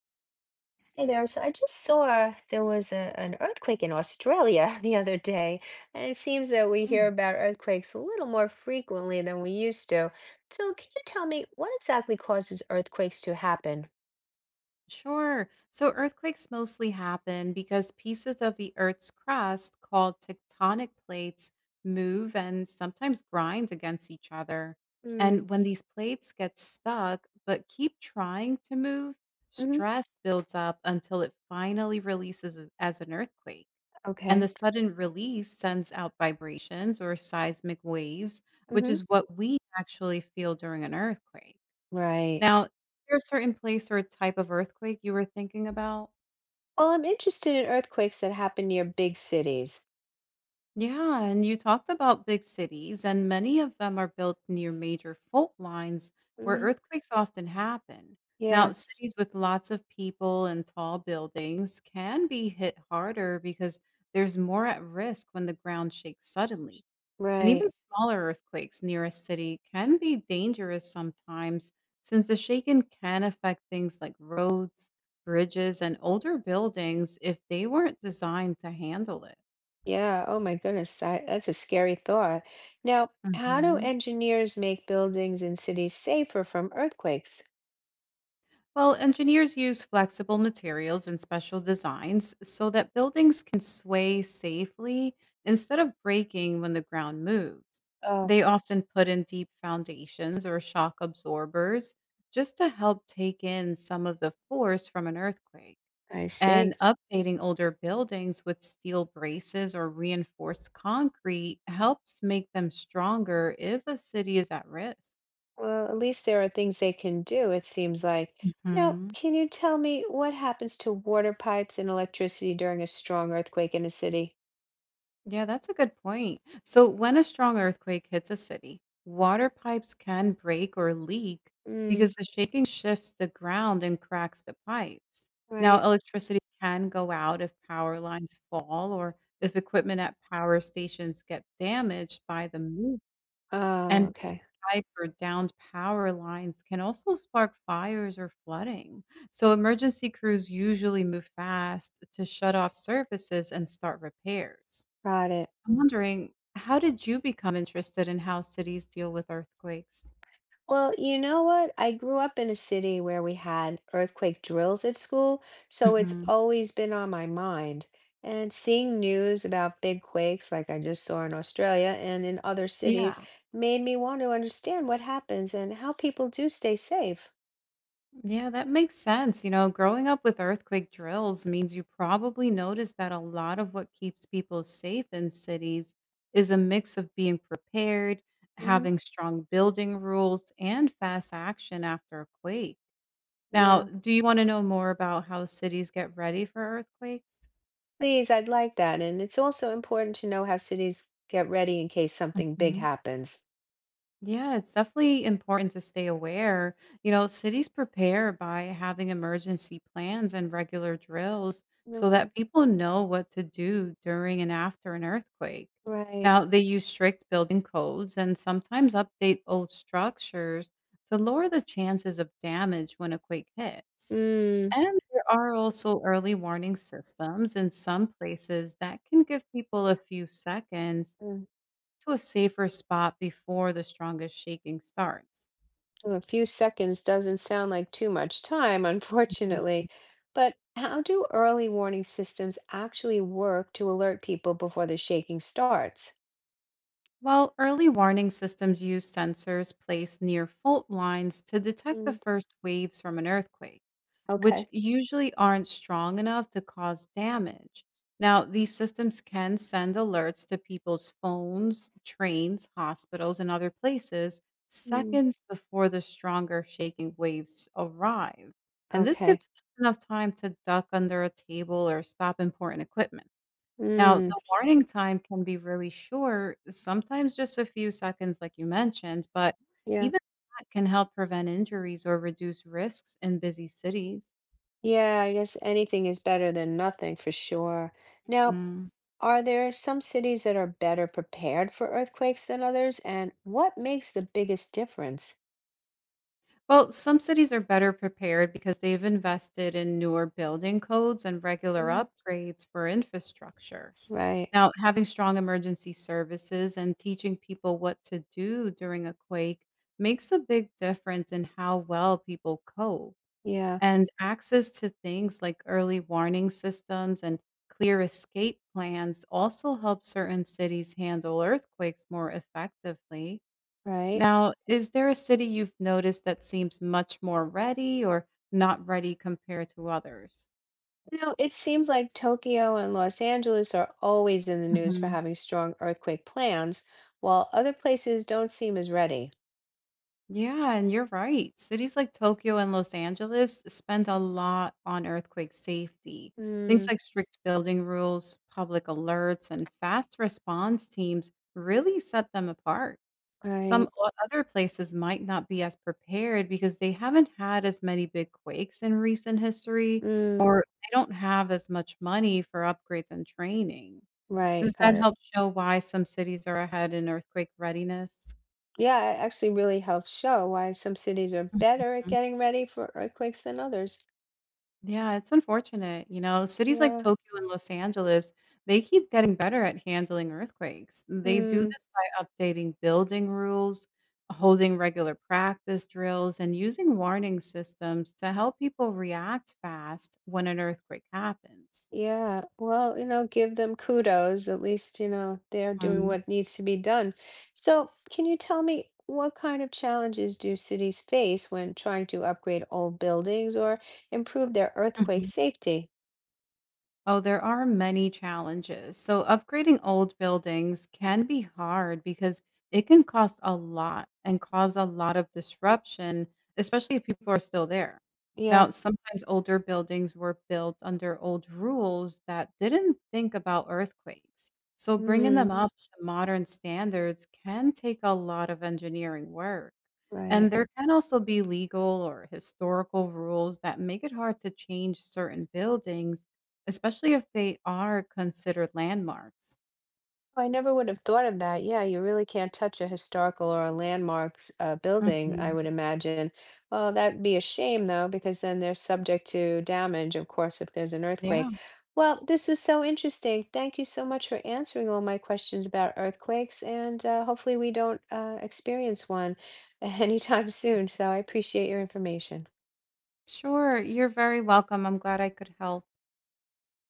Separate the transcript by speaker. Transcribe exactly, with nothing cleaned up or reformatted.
Speaker 1: Hey there. So I just saw there was a, an earthquake in Australia the other day, and it seems that we hear
Speaker 2: Mm.
Speaker 1: about earthquakes a little more frequently than we used to. So can you tell me what exactly causes earthquakes to happen?
Speaker 2: Sure. So earthquakes mostly happen because pieces of the Earth's crust, called tectonic plates, move and sometimes grind against each other.
Speaker 1: Mm,
Speaker 2: And when these plates get stuck but keep trying to move,
Speaker 1: hmm.
Speaker 2: stress builds up until it finally releases as as an earthquake. And the
Speaker 1: Okay.
Speaker 2: sudden release sends out vibrations or seismic waves, which
Speaker 1: Mm-hmm.
Speaker 2: is what we actually feel during an earthquake.
Speaker 1: Right.
Speaker 2: Now, is there a certain place or type of earthquake you were thinking about?
Speaker 1: Well, I'm interested in earthquakes that happen near big cities.
Speaker 2: Yeah, and you talked about big cities, and many of them are built near major fault lines where
Speaker 1: Mm-hmm.
Speaker 2: earthquakes often happen. Now,
Speaker 1: Yeah,
Speaker 2: cities with lots of people and tall buildings can be hit harder because there's more at risk when the ground shakes suddenly. And even
Speaker 1: right.
Speaker 2: smaller earthquakes near a city can be dangerous sometimes, since the shaking can affect things like roads, bridges, and older buildings if they weren't designed to handle it.
Speaker 1: Yeah. Oh my goodness. I, that's a scary thought. Now, how do
Speaker 2: Mhm.
Speaker 1: engineers make buildings and cities safer from earthquakes?
Speaker 2: Well, engineers use flexible materials and special designs so that buildings can sway safely instead of breaking when the ground moves.
Speaker 1: Oh.
Speaker 2: They often put in deep foundations or shock absorbers just to help take in some of the force from an earthquake.
Speaker 1: I
Speaker 2: And
Speaker 1: see.
Speaker 2: updating older buildings with steel braces or reinforced concrete helps make them stronger if a city is at risk.
Speaker 1: Well, at least there are things they can do, it seems like. Now,
Speaker 2: Mhm.
Speaker 1: can you tell me what happens to water pipes and electricity during a strong earthquake in a city?
Speaker 2: Yeah, that's a good point. So, when a strong earthquake hits a city, water pipes can break or leak
Speaker 1: Mm,
Speaker 2: because the shaking shifts the ground and cracks the pipes. Now,
Speaker 1: right.
Speaker 2: electricity can go out if power lines fall or if equipment at power stations get damaged by the move.
Speaker 1: Oh,
Speaker 2: And
Speaker 1: okay.
Speaker 2: pipes or downed power lines can also spark fires or flooding. So, emergency crews usually move fast to shut off services and start repairs.
Speaker 1: Got it.
Speaker 2: I'm wondering, how did you become interested in how cities deal with earthquakes?
Speaker 1: Well, you know what? I grew up in a city where we had earthquake drills at school, so it's
Speaker 2: Mhm.
Speaker 1: always been on my mind. And seeing news about big quakes, like I just saw in Australia and in other cities,
Speaker 2: Yeah.
Speaker 1: made me want to understand what happens and how people do stay safe.
Speaker 2: Yeah, that makes sense. You know, growing up with earthquake drills means you probably noticed that a lot of what keeps people safe in cities is a mix of being prepared,
Speaker 1: Hmm.
Speaker 2: having strong building rules, and fast action after a quake. Now,
Speaker 1: Yeah,
Speaker 2: do you want to know more about how cities get ready for earthquakes?
Speaker 1: please, I'd like that. And it's also important to know how cities get ready in case something big happens.
Speaker 2: Yeah, it's definitely important to stay aware. You know, cities prepare by having emergency plans and regular drills so
Speaker 1: Okay.
Speaker 2: that people know what to do during and after an earthquake.
Speaker 1: Right.
Speaker 2: Now, they use strict building codes and sometimes update old structures to lower the chances of damage when a quake hits.
Speaker 1: Mm.
Speaker 2: And there are also early warning systems in some places that can give people a few seconds
Speaker 1: Mm.
Speaker 2: to a safer spot before the strongest shaking starts.
Speaker 1: Well, a few seconds doesn't sound like too much time,
Speaker 2: Mhm.
Speaker 1: unfortunately. But how do early warning systems actually work to alert people before the shaking starts?
Speaker 2: While early warning systems use sensors placed near fault lines to detect the
Speaker 1: Mm.
Speaker 2: first waves from an earthquake, which
Speaker 1: Okay.
Speaker 2: usually aren't strong enough to cause damage. Now, these systems can send alerts to people's phones, trains, hospitals, and other places
Speaker 1: Mm.
Speaker 2: seconds before the stronger shaking waves arrive. And this gives
Speaker 1: Okay.
Speaker 2: enough time to duck under a table or stop important equipment. Now,
Speaker 1: Mm.
Speaker 2: the warning time can be really short, sometimes just a few seconds, like you mentioned, but
Speaker 1: Yeah.
Speaker 2: even that can help prevent injuries or reduce risks in busy cities.
Speaker 1: Yeah, I guess anything is better than nothing for sure. Now,
Speaker 2: Mm.
Speaker 1: are there some cities that are better prepared for earthquakes than others? And what makes the biggest difference?
Speaker 2: Well, some cities are better prepared because they've invested in newer building codes and regular
Speaker 1: Hmm.
Speaker 2: upgrades for infrastructure.
Speaker 1: Right.
Speaker 2: Now, having strong emergency services and teaching people what to do during a quake makes a big difference in how well people cope.
Speaker 1: Yeah.
Speaker 2: And access to things like early warning systems and clear escape plans also help certain cities handle earthquakes more effectively.
Speaker 1: Right.
Speaker 2: Now, is there a city you've noticed that seems much more ready or not ready compared to others?
Speaker 1: You know, it seems like Tokyo and Los Angeles are always in the news for
Speaker 2: Mhm.
Speaker 1: having strong earthquake plans, while other places don't seem as ready.
Speaker 2: Yeah, and you're right. Cities like Tokyo and Los Angeles spend a lot on earthquake safety. Things
Speaker 1: Mm,
Speaker 2: like strict building rules, public alerts, and fast response teams really set them apart. Some
Speaker 1: right.
Speaker 2: o other places might not be as prepared because they haven't had as many big quakes in recent history,
Speaker 1: Mm,
Speaker 2: or they don't have as much money for upgrades and training.
Speaker 1: right.
Speaker 2: Does
Speaker 1: Got
Speaker 2: that
Speaker 1: it.
Speaker 2: help show why some cities are ahead in earthquake readiness?
Speaker 1: Yeah, it actually really helps show why some cities are better at getting ready for earthquakes than others.
Speaker 2: Yeah, it's unfortunate, you know, cities like
Speaker 1: Yeah.
Speaker 2: Tokyo and Los Angeles, they keep getting better at handling earthquakes. They do
Speaker 1: Mm.
Speaker 2: this by updating building rules, holding regular practice drills, and using warning systems to help people react fast when an earthquake happens.
Speaker 1: Yeah, well, you know, give them kudos. At least, you know, they're doing
Speaker 2: Mhm.
Speaker 1: what needs to be done. So, can you tell me what kind of challenges do cities face when trying to upgrade old buildings or improve their earthquake safety?
Speaker 2: Oh, there are many challenges. So, upgrading old buildings can be hard because it can cost a lot and cause a lot of disruption, especially if people are still there.
Speaker 1: Yeah.
Speaker 2: Now, sometimes older buildings were built under old rules that didn't think about earthquakes. So, bringing them
Speaker 1: Mm,
Speaker 2: up to modern standards can take a lot of engineering work. And
Speaker 1: right.
Speaker 2: there can also be legal or historical rules that make it hard to change certain buildings, especially if they are considered landmarks.
Speaker 1: I never would have thought of that. Yeah, you really can't touch a historical or a landmarks uh, building, I
Speaker 2: Mhm.
Speaker 1: would imagine. Well, that'd be a shame though, because then they're subject to damage, of course, if there's an
Speaker 2: Yeah.
Speaker 1: earthquake. Well, this was so interesting. Thank you so much for answering all my questions about earthquakes, and uh, hopefully we don't uh, experience one anytime soon. So I appreciate your information.
Speaker 2: Sure, you're very welcome. I'm glad I could help.